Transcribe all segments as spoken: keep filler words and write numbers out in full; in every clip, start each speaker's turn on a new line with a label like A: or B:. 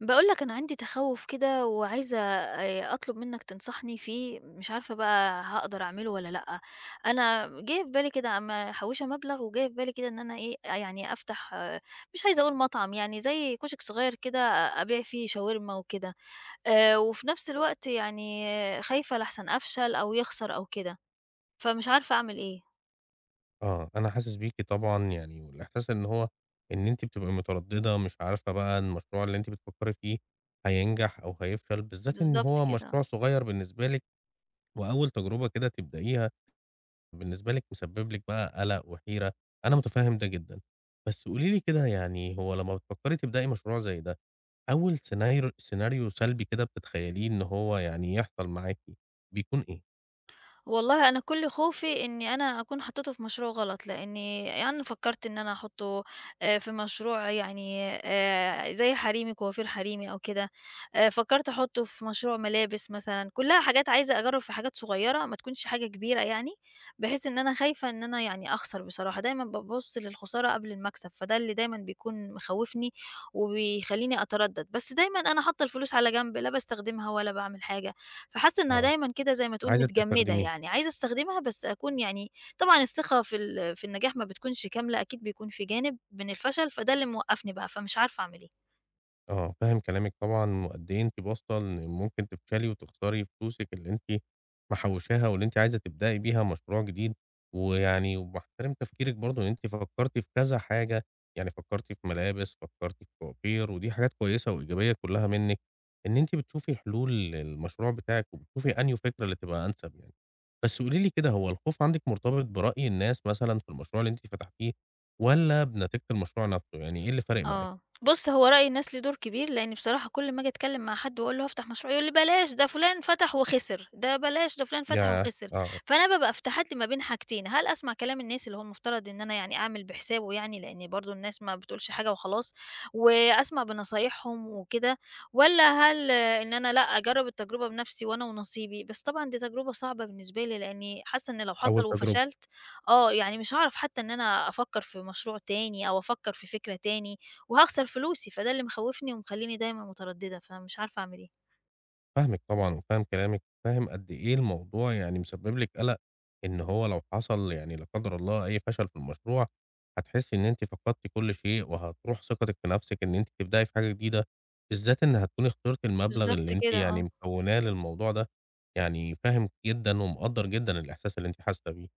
A: باقول لك أنا عندي تخوُّف كده وعايزة آآ أطلب منّك تنصحني فيه، مش عارفة بقى هاقدر أعمله والّا لأ. أنا جِه في بالي كده م محوّشة مبلغ وجِه في بالي كده إن أنا إيه، يعني أفتح آه، مش عايزة أقول مطعم يعني، زي كشك صغير كده أبيع فيه شاورما وكده. آآ وفي نفس الوقت يعني آه، خايفة لأحسن أفشل أو يخسر أو كده، فمش عارفة أعمل إيه.
B: آه، أنا حاسس بيكِ طبعًا يعني، والإحساس إن هو إن أنتِ بتبقي مترددة، مش عارفة بقى المشروع اللي أنتِ بتفكّري فيه هينجح أو هيفشل، بالذات إن
A: بالضبط
B: هو
A: كده.
B: مشروع صغير بالنسبة لِك، وأول تجربة كده تبدئيها بالنسبة لِك مسبب لِك بقى قلق وحيرة، أنا متفهم ده جدًا. بس قولي لي كده يعني هو لمّا بتفكّري تبدئي مشروع زي ده، أول سيناريو سيناريو سلبي كده بتتخيليه إن هو يعني يحصل معاكِ، بيكون إيه؟
A: والله أنا كل خوفي إني أنا أكون حطيته في مشروع غلط، لإني يعني فكّرت إن أنا أحطه آآ في مشروع يعني آآ زي حريمي، كوافير حريمي أو كده، آآ فكّرت أحطه في مشروع ملابس مثلًا، كلّها حاجات عايزة أجرّب في حاجات صغيّرة ما تكونش حاجة كبيرة يعني، بحيث إن أنا خايفة إن أنا يعني أخسر بصراحة، دايمًا بابُص للخسارة قبل المكسب، فده اللي دايمًا بيكون مخوّفني وبيخلّيني أتردّد، بس دايمًا أنا حاطة الفلوس على جنب لا باستخدمها ولا باعمل حاجة. فحاسة إنها
B: آه،
A: دايمًا كده زي ما تقول
B: عايزة
A: متجمدة
B: تستخدميه.
A: يعني، عايزة أستخدمها بس أكون يعني طبعًا الثقة في ال في النجاح ما بتكونش كاملة، أكيد بيكون في جانب من الفشل، فده اللي موقّفني بقى، فمش عارفة أعمل إيه.
B: آه، فاهم كلامِك طبعًا، وقد إيه أنتِ واصلة إن ممكن تفشلي وتخسري فلوسِك اللي أنتِ محوشاها، واللي أنتِ عايزة تبدئي بيها مشروع جديد، ويعني وباحترم تفكيرِك برضه إن أنتِ فكرتِ في كذا حاجة، يعني فكرتِ في ملابس، فكرتِ في فواتير، ودي حاجات كويسة وإيجابية كلها منِك، إن أنتِ بتشوفي حلول للمشروع بتاعِك، وبتشوفي أنهي فكرة اللي تبقى أنسب يعني. بس قولي لي كده، هو الخوف عندِك مرتبط برأي الناس مثلًا في المشروع اللي أنتِ فتحتيه، والّا بنتيجة المشروع نفسه؟ يعني إيه اللي فارق معاكِ؟
A: آه. بُص، هو رأي الناس ليه دور كبير، لإن بصراحة كل ما آجي أتكلّم مع حد وأقول له هافتح مشروع، يقول لي: "بلاش، ده فُلان فتح وخسر، ده بلاش، ده فُلان فتح
B: ياه!
A: وخسر."
B: آه،
A: فأنا بابقى افتحت ما بين حاجتين، هل أسمع كلام الناس اللي هو المفترض إن أنا يعني أعمل بحسابه يعني، لإن برضه الناس ما بتقولش حاجة وخلاص، وأسمع بنصايحهم وكده، والّا هل آه، إن أنا لأ، أجرّب التجربة بنَفْسي وأنا ونصيبي، بس طبعًا دي تجربة صعبة بالنسبة لي، لإني حاسّة إن لو حصل
B: أول تجربة.
A: وفشلت آه، يعني مش هاعرف حتّى إن أنا أفكّر في مشروع تاني أو أفكّر في فكرة تاني. وهاخسر فلوسي، فده اللي مخوّفني ومخلّيني دايمًا مترددة، فمش عارفة أعمل إيه.
B: فاهمِك طبعًا وفاهم كلامِك، وفاهم قد إيه الموضوع يعني مسبب لِك قَلَق، إن هو لو حصل يعني لا قدر الله أي فشل في المشروع، هتحسّي إن أنتِ فقدتِ كل شيء وهتروح ثقتِك في نَفْسِك إن أنتِ تبدئي في حاجة جديدة، بالذات إن هتكوني اخترتِ المبلغ
A: بالضبط
B: اللي أنتِ
A: كده،
B: يعني
A: آه.
B: مكوّناه للموضوع ده، يعني فاهم جدًا ومقدّر جدًا الإحساس اللي أنتِ حاسة بيه.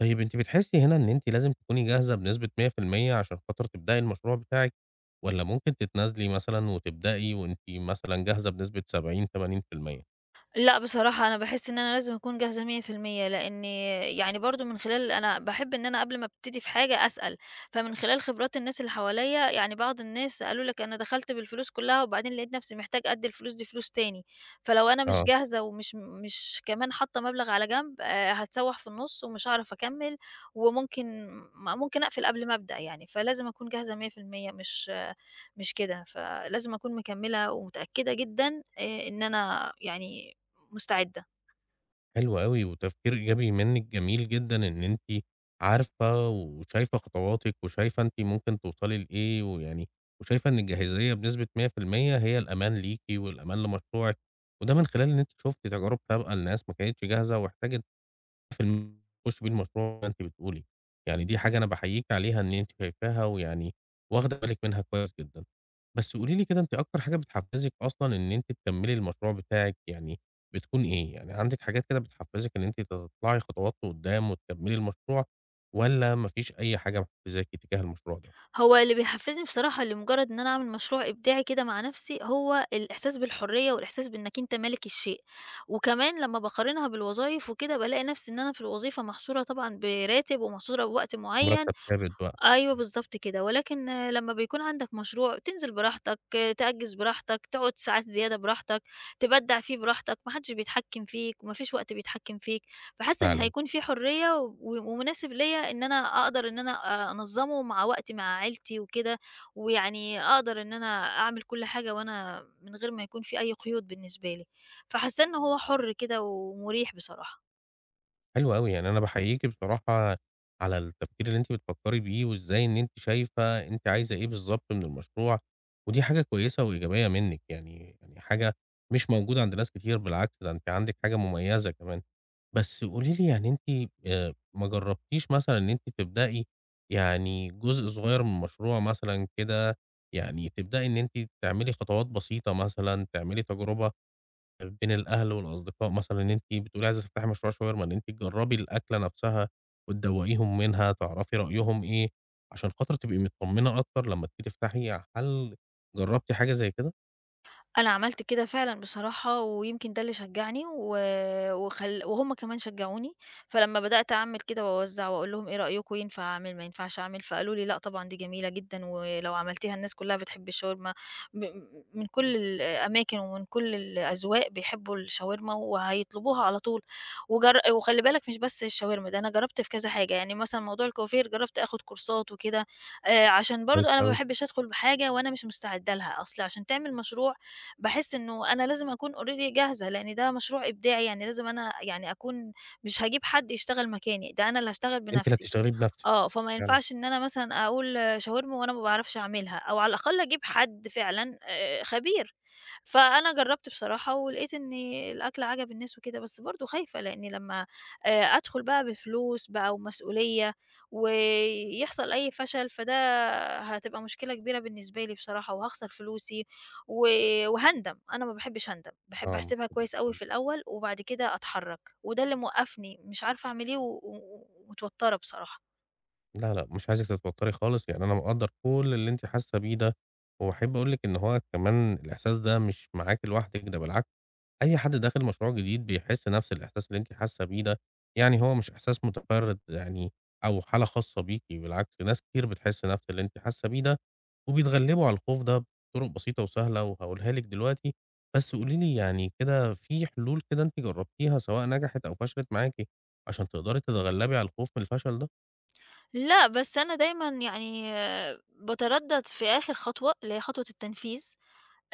B: طيب أنتِ بتحسّي هنا إن أنتِ لازم تكوني جاهزة بنسبة مية في المية عشان خاطر تبدئي المشروع بتاعِك، والّا ممكن تتنازلي مثلًا وتبدئي وأنتِ مثلًا جاهزة بنسبة سبعين، تمانين في المية؟
A: لأ، بصراحة أنا باحس إن أنا لازم أكون جاهزة مية في المية لإني يعني برضه من خلال أنا باحب إن أنا قبل ما أبتدي في حاجة أسأل، فمن خلال خبرات الناس اللي حواليّا يعني بعض الناس قالوا لك أنا دخلت بالفلوس كلّها وبعدين لقيت نفسي محتاج قد الفلوس دي فلوس تاني، فلو أنا مش
B: آه،
A: جاهزة ومش مش كمان حاطة مبلغ على جنب آآ، هاتسوّح في النُص ومش هاعرف أكمّل، وممكن م ممكن أقفل قبل ما أبدأ يعني، فلازم أكون جاهزة مية في المية مش آه، مش كده، فلازم أكون مكمّلة ومتأكدة جدًا آآ، إن أنا يعني مستعدة.
B: حلو أوي وتفكير إيجابي منِّك، جميل جدًا إن أنتِ عارفة وشايفة خطواتِك وشايفة أنتِ ممكن توصلي لإيه، ويعني وشايفة إن الجاهزية بنسبة مية في المية هي الأمان ليكِ والأمان لمشروعِك، وده من خلال إن أنتِ شُفتِ تجارب سابقة لناس ما كانتش جاهزة واحتاجت في الم تخشي بيه المشروع زي ما أنتِ بتقولي، يعني دي حاجة أنا باحييكِ عليها إن أنتِ شايفاها ويعني واخدة بالِك منها كويس جدًا. بس قولي لي كده أنتِ أكتر حاجة بتحفزِك أصلًا إن أنتِ تكمّلي المشروع بتاعِك يعني بتكون إيه؟ يعني عندِك حاجات كده بتحفزِك إن أنتِ تطلعي خطوات لقدّام وتكمّلي المشروع والّا ما فيش أي حاجة محفزاكِ تجاه المشروع ده؟
A: هو اللي بيحفّزني بصراحة لمجرّد إن أنا أعمل مشروع إبداعي كده مع نَفْسي، هو الإحساس بالحرية والإحساس بإنّك أنت مالك الشيء، وكمان لمّا باقارنها بالوظايف وكده بالاقي نَفْسي إن أنا في الوظيفة محصورة طبعًا براتب ومحصورة بوقت معيّن،
B: مرتب ثابت بقى،
A: أيوه بالضبط كده، ولكن آه، لمّا بيكون عندك مشروع تنزل براحتك، آه، تأجّز براحتك، تقعد ساعات زيادة براحتك، تبدّع فيه براحتك، ما حدش بيتحكّم فيك، وما فيش وقت بيتحكّم فيك، فحاسة إن
B: فعلًا.
A: هيكون في حرية و ومناسب ليّا إن أنا أقدر إن أنا آه، أنظّمه مع وقتي مع عيلتي وكده، ويعني أقدر إن أنا أعمل كل حاجة وأنا من غير ما يكون في أي قيود بالنسبة لي، فحاسة إن هو حُر كده ومريح بصراحة.
B: حلو أوي، يعني أنا باحييكِ بصراحة على التفكير اللي أنتِ بتفكّري بيه، وإزاي إن أنتِ شايفة أنتِ عايزة إيه بالضبط من المشروع، ودي حاجة كويسة وإيجابية منِّك يعني، يعني حاجة مش موجودة عند ناس كتير بالعكس ده أنتِ عندِك حاجة مميزة كمان. بس قولي لي يعني أنتِ آآ، ما جرّبتيش مثلًا إن أنتِ تبدئي يعني جزء صغير من المشروع مثلًا كده، يعني تبدئي إن أنتِ تعملي خطوات بسيطة مثلًا، تعملي تجربة بين الأهل والأصدقاء مثلًا إن أنتِ بتقولي عايزة تفتحي مشروع شاورما، إن أنتِ تجرّبي الأكلة نفسها وتدوّقيهم منها، تعرفي رأيهم إيه، عشان خاطر تبقي متطمنة أكتر لمّا تيجي تفتحي محل. جرّبتِ حاجة زي كده؟
A: أنا عملت كده فعلًا بصراحة، ويمكن ده اللي شجّعني و وخل وهُم كمان شجّعوني، فلمّا بدأت أعمل كده وأوزّع وأقول لهم إيه رأيكم ينفع أعمل ما ينفعش أعمل، فقالوا لي: "لأ طبعًا دي جميلة جدًا، ولو عملتيها الناس كلّها بتحب الشاورما، م من كل الأماكن ومن كل الأذواق بيحبوا الشاورما وهيطلبوها على طول." وجر وخلّي بالك مش بس الشاورما، ده أنا جرّبت في كذا حاجة، يعني مثلًا موضوع الكوافير جرّبت آخُد كورسات وكده، آآ عشان
B: كويس
A: برضه أنا ما
B: أوي.
A: باحبش أدخُل بحاجة وأنا مش مستعدة لها، أصل عشان تعمل مشروع باحس إنه أنا لازم أكون already جاهزة، لإن ده مشروع إبداعي، يعني لازم أنا يعني أكون مش هاجيب حد يشتغل مكاني، ده أنا اللي هاشتغل
B: أنتِ اللي
A: بنفسي.
B: هتشتغلي بنفسِك
A: آه، فما
B: فعلًا.
A: ينفعش إن أنا مثلًا أقول شاورما وأنا ما باعرفش أعملها، أو على الأقل أجيب حد فعلًا آآ خبير. فأنا جرّبت بصراحة ولقيت إن الأكل عجب الناس وكده، بس برضه خايفة لإني لمّا آآ أدخل بقى بفلوس بقى ومسؤولية، ويحصل أي فشل، فده هتبقى مشكلة كبيرة بالنسبة لي بصراحة، وهاخسر فلوسي و وهاندم، أنا ما باحبش أندم، باحب
B: آه.
A: أحسبها كويس أوي في الأول، وبعد كده أتحرّك، وده اللي موقّفني، مش عارفة أعمل إيه و و ومتوترة بصراحة.
B: لا، لأ، مش عايزِك تتوتّري خالص، يعني أنا مقدّر كل اللي أنتِ حاسة بيه ده، واحب أقول لِك إن هو كمان الإحساس ده مش معاكِ لوحدِك، ده بالعكس أي حد داخل مشروع جديد بيحس نفس الإحساس اللي أنتِ حاسة بيه ده، يعني هو مش إحساس مُتفرِّد يعني أو حالة خاصة بيكِ، بالعكس ناس كتير بتحس نفس اللي أنتِ حاسة بيه ده، وبيتغلّبوا على الخوف ده بطُرق بسيطة وسهلة وهاقولها لِك دلوقتي، بس قولي لي يعني كده في حلول كده أنتِ جرّبتيها سواء نجحت أو فشلت معاكِ، عشان تقدري تتغلّبي على الخوف من الفشل ده؟
A: لأ، بس أنا دايمًا يعني باتردد في آخر خطوة، اللي هي خطوة التنفيذ،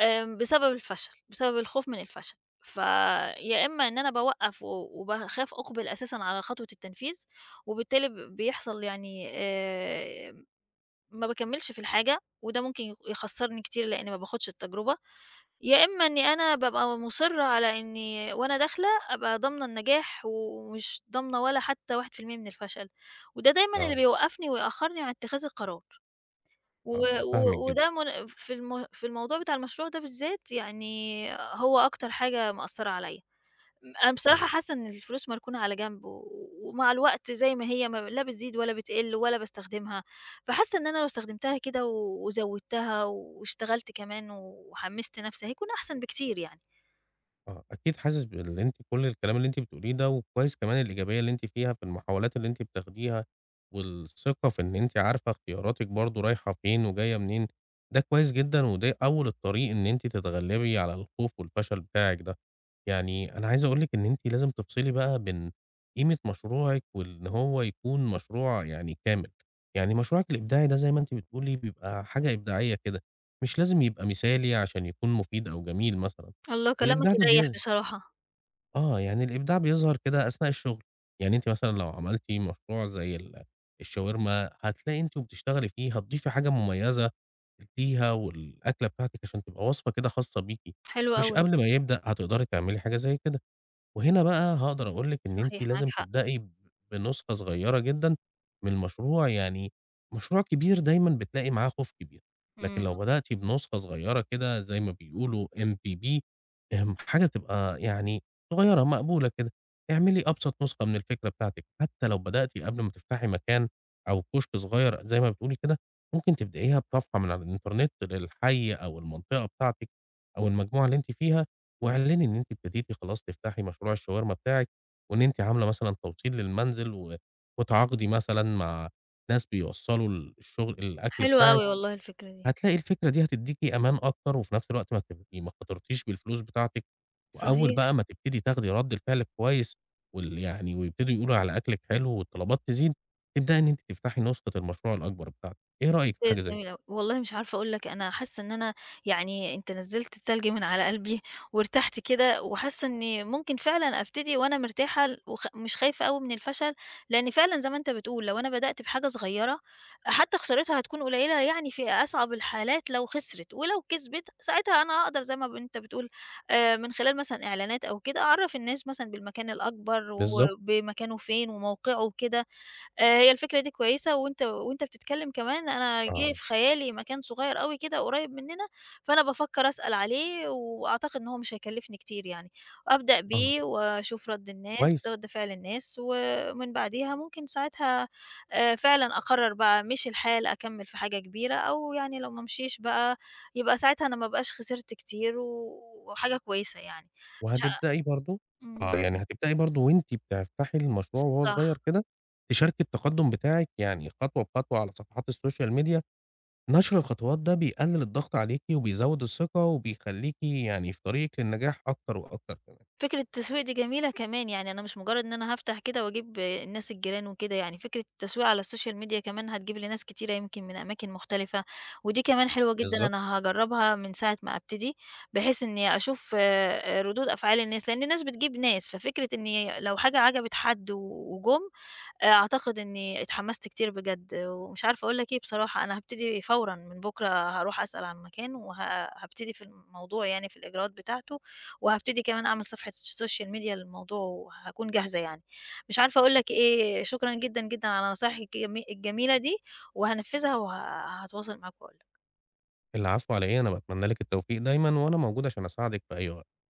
A: آمم، بسبب الفشل، بسبب الخوف من الفشل، فيا إما إن أنا باوقّف و وباخاف أقبل أساسًا على خطوة التنفيذ، وبالتالي ب بيحصل يعني آآ، ما باكمّلش في الحاجة، وده ممكن يخ يخسّرني كتير لإني ما باخدش التجربة، يا إمّا إنّي أنا بابقى مُصِرّة على إنّي وأنا داخلة أبقى ضامنة النجاح ومش ضامنة ولا حتّى واحد في المية من الفشل، وده دايمًا اللي
B: آه،
A: بيوقّفني ويأخّرني عن اتخاذ القرار، و
B: آه، فاهمِك
A: و
B: جدًا،
A: وده من في الم في الموضوع بتاع المشروع ده بالذات يعني هو أكتر حاجة مأثّرة عليَّ. أنا بصراحة
B: آه.
A: حاسة إن الفلوس مركونة على جنب، و ومع الوقت زي ما هي ما لا بتزيد ولا بتقل ولا باستخدمها، فحاسة إن أنا لو استخدمتها كده و وزوّدتها واشتغلت كمان وحمّست نفسي هيكون أحسن بكتير يعني.
B: آه، أكيد حاسس باللي أنتِ كل الكلام اللي أنتِ بتقوليه ده، وكويس كمان الإيجابية اللي أنتِ فيها في المحاولات اللي أنتِ بتاخديها، والثقة في إن أنتِ عارفة اختياراتِك برضه رايحة فين وجاية منين، ده كويس جدًا وده أول الطريق إن أنتِ تتغلبي على الخوف والفشل بتاعِك ده. يعني أنا عايز أقول لِك إن أنتِ لازم تفصلي بقى بين قيمة مشروعِك وإن هو يكون مشروع يعني كامل. يعني مشروعِك الإبداعي ده زي ما أنتِ بتقولي بيبقى حاجة إبداعية كده، مش لازم يبقى مثالي عشان يكون مفيد أو جميل مثلًا.
A: الله كلامك
B: الإبداع ده
A: يريّح
B: بي
A: بصراحة،
B: آه، يعني الإبداع بيظهر كده أثناء الشغل، يعني أنتِ مثلًا لو عملتِ مشروع زي ال الشاورما هتلاقي أنتِ وبتشتغلي فيه هتضيفي حاجة مميزة ليها والأكلة بتاعتِك عشان تبقى وصفة كده خاصة بيكِ،
A: حلو
B: مش
A: أوي،
B: قبل ما يبدأ هتقدري تعملي حاجة زي كده. وهنا بقى هاقدر أقول لِك إن أنتِ
A: صحيح معاك
B: لازم
A: حق،
B: تبدئي ب بنسخة صغيّرة جدًا من المشروع، يعني مشروع كبير دايمًا بتلاقي معاه خوف كبير، لكن لو
A: إمم،
B: بدأتِ بنسخة صغيّرة كده زي ما بيقولوا إم في بي آمم، حاجة تبقى يعني صغيّرة مقبولة كده، اعملي أبسط نسخة من الفكرة بتاعتِك، حتى لو بدأتِ قبل ما تفتحي مكان أو كشك صغيّر زي ما بتقولي كده، ممكن تبدئيها بصفحة من على الإنترنت للحي أو المنطقة بتاعتِك أو المجموعة اللي أنتِ فيها. واعلني إن أنتِ ابتديتِ خلاص تفتحي مشروع الشاورما بتاعِك، وإن أنتِ عاملة مثلًا توصيل للمنزل و وتعاقدي مثلًا مع ناس بيوصّلوا ال الشغل الأكل
A: حلوة
B: بتاعِك،
A: أوي والله الفكرة دي،
B: هتلاقي الفكرة دي هتدّيكِ أمان أكتر، وفي نفس الوقت ما تبقي ما خاطرتيش بالفلوس بتاعتِك، وأول
A: صحيح.
B: بقى ما تبتدي تاخدي رَد الفعل كويس وال يعني ويبتدوا يقولوا على أكلِك حلو والطلبات تزيد، تبدئي إن أنتِ تفتحي نسخة المشروع الأكبر بتاعتِك، إيه رأيِك في حاجة
A: ممتاز،
B: زي
A: جميل
B: كده؟
A: أوي. والله مش عارفة أقول لك أنا حاسة إن أنا يعني أنت نزّلت التلج من على قلبي وارتحت كده وحاسة إني ممكن فعلًا أبتدي وأنا مرتاحة ل وخ مش خايفة أوي من الفشل، لإن فعلًا زي ما أنت بتقول لو أنا بدأت بحاجة صغيرة حتى خسارتها هتكون قليلة يعني في أصعب الحالات لو خسرت، ولو كسبت ساعتها أنا هاقدر زي ما ب أنت بتقول، آآ، من خلال مثلًا إعلانات أو كده أعرّف الناس مثلًا بالمكان الأكبر
B: بالضبط،
A: وبمكانه فين وموقعه وكده. آآ هي الفكرة دي كويسة وأنت وأنت بتتكلم كمان أنا جِه
B: آه،
A: في خيالي مكان صغير أوي كده قريب مننا، فأنا بافكّر أسأل عليه وأعتقد إن هو مش هيكلّفني كتير يعني، أبدأ
B: آه،
A: بيه وأشوف رَد الناس،
B: كويس.
A: رَد فعل الناس، ومن بعديها ممكن ساعتها آآ فعلًا أقرّر بقى مشي الحال أكمّل في حاجة كبيرة أو يعني لو ما مشيش بقى يبقى ساعتها أنا ما ابقاش خسرت كتير و وحاجة كويسة يعني. مش ع
B: وهتبدئي برضه آه،
A: إمم.
B: تمام. يعني هتبدئي برضه وأنتِ بتفتحي المشروع وهو صغير
A: صح.
B: كده، تشاركي التقدُّم بتاعِك يعني خطوة بخطوة على صفحات السوشيال ميديا، نشر الخطوات ده بيقلل الضغط عليكِ وبيزوّد الثقة وبيخلّيكِ يعني في طريقِك للنجاح أكتر وأكتر كمان.
A: فكرة التسويق دي جميلة كمان، يعني أنا مش مجرّد إن أنا هافتح كده وأجيب الناس الجيران وكده، يعني فكرة التسويق على السوشيال ميديا كمان هتجيب لي ناس كتيرة يمكن من أماكن مختلفة، ودي كمان حلوة جدًا
B: بالضبط.
A: أنا هاجرّبها من ساعة ما أبتدي، بحيث إني أشوف آآ ردود أفعال الناس، لإن الناس بتجيب ناس، ففكرة إني لو حاجة عجبت حد و وجُم، آآ أعتقد إنّي اتحمّست كتير بجد، ومش عارفة أقول لك إيه بصراحة، أنا هابتدي فورًا من بُكرة هاروح أسأل عن مكان، وه هابتدي في الموضوع يعني في الإجراءات بتاعته، وهابتدي كمان أعمل صفحة social media للموضوع وهاكون جاهزة يعني. مش عارفة أقول لك إيه، شكرًا جدًا، جدًا على نصايحِك الجمي الجميلة دي، وهانفّذها وه هاتواصل معاك وأقول لك.
B: العفو على إيه، أنا باتمنى لِك التوفيق دايمًا وأنا موجود عشان أساعدِك في أي وقت.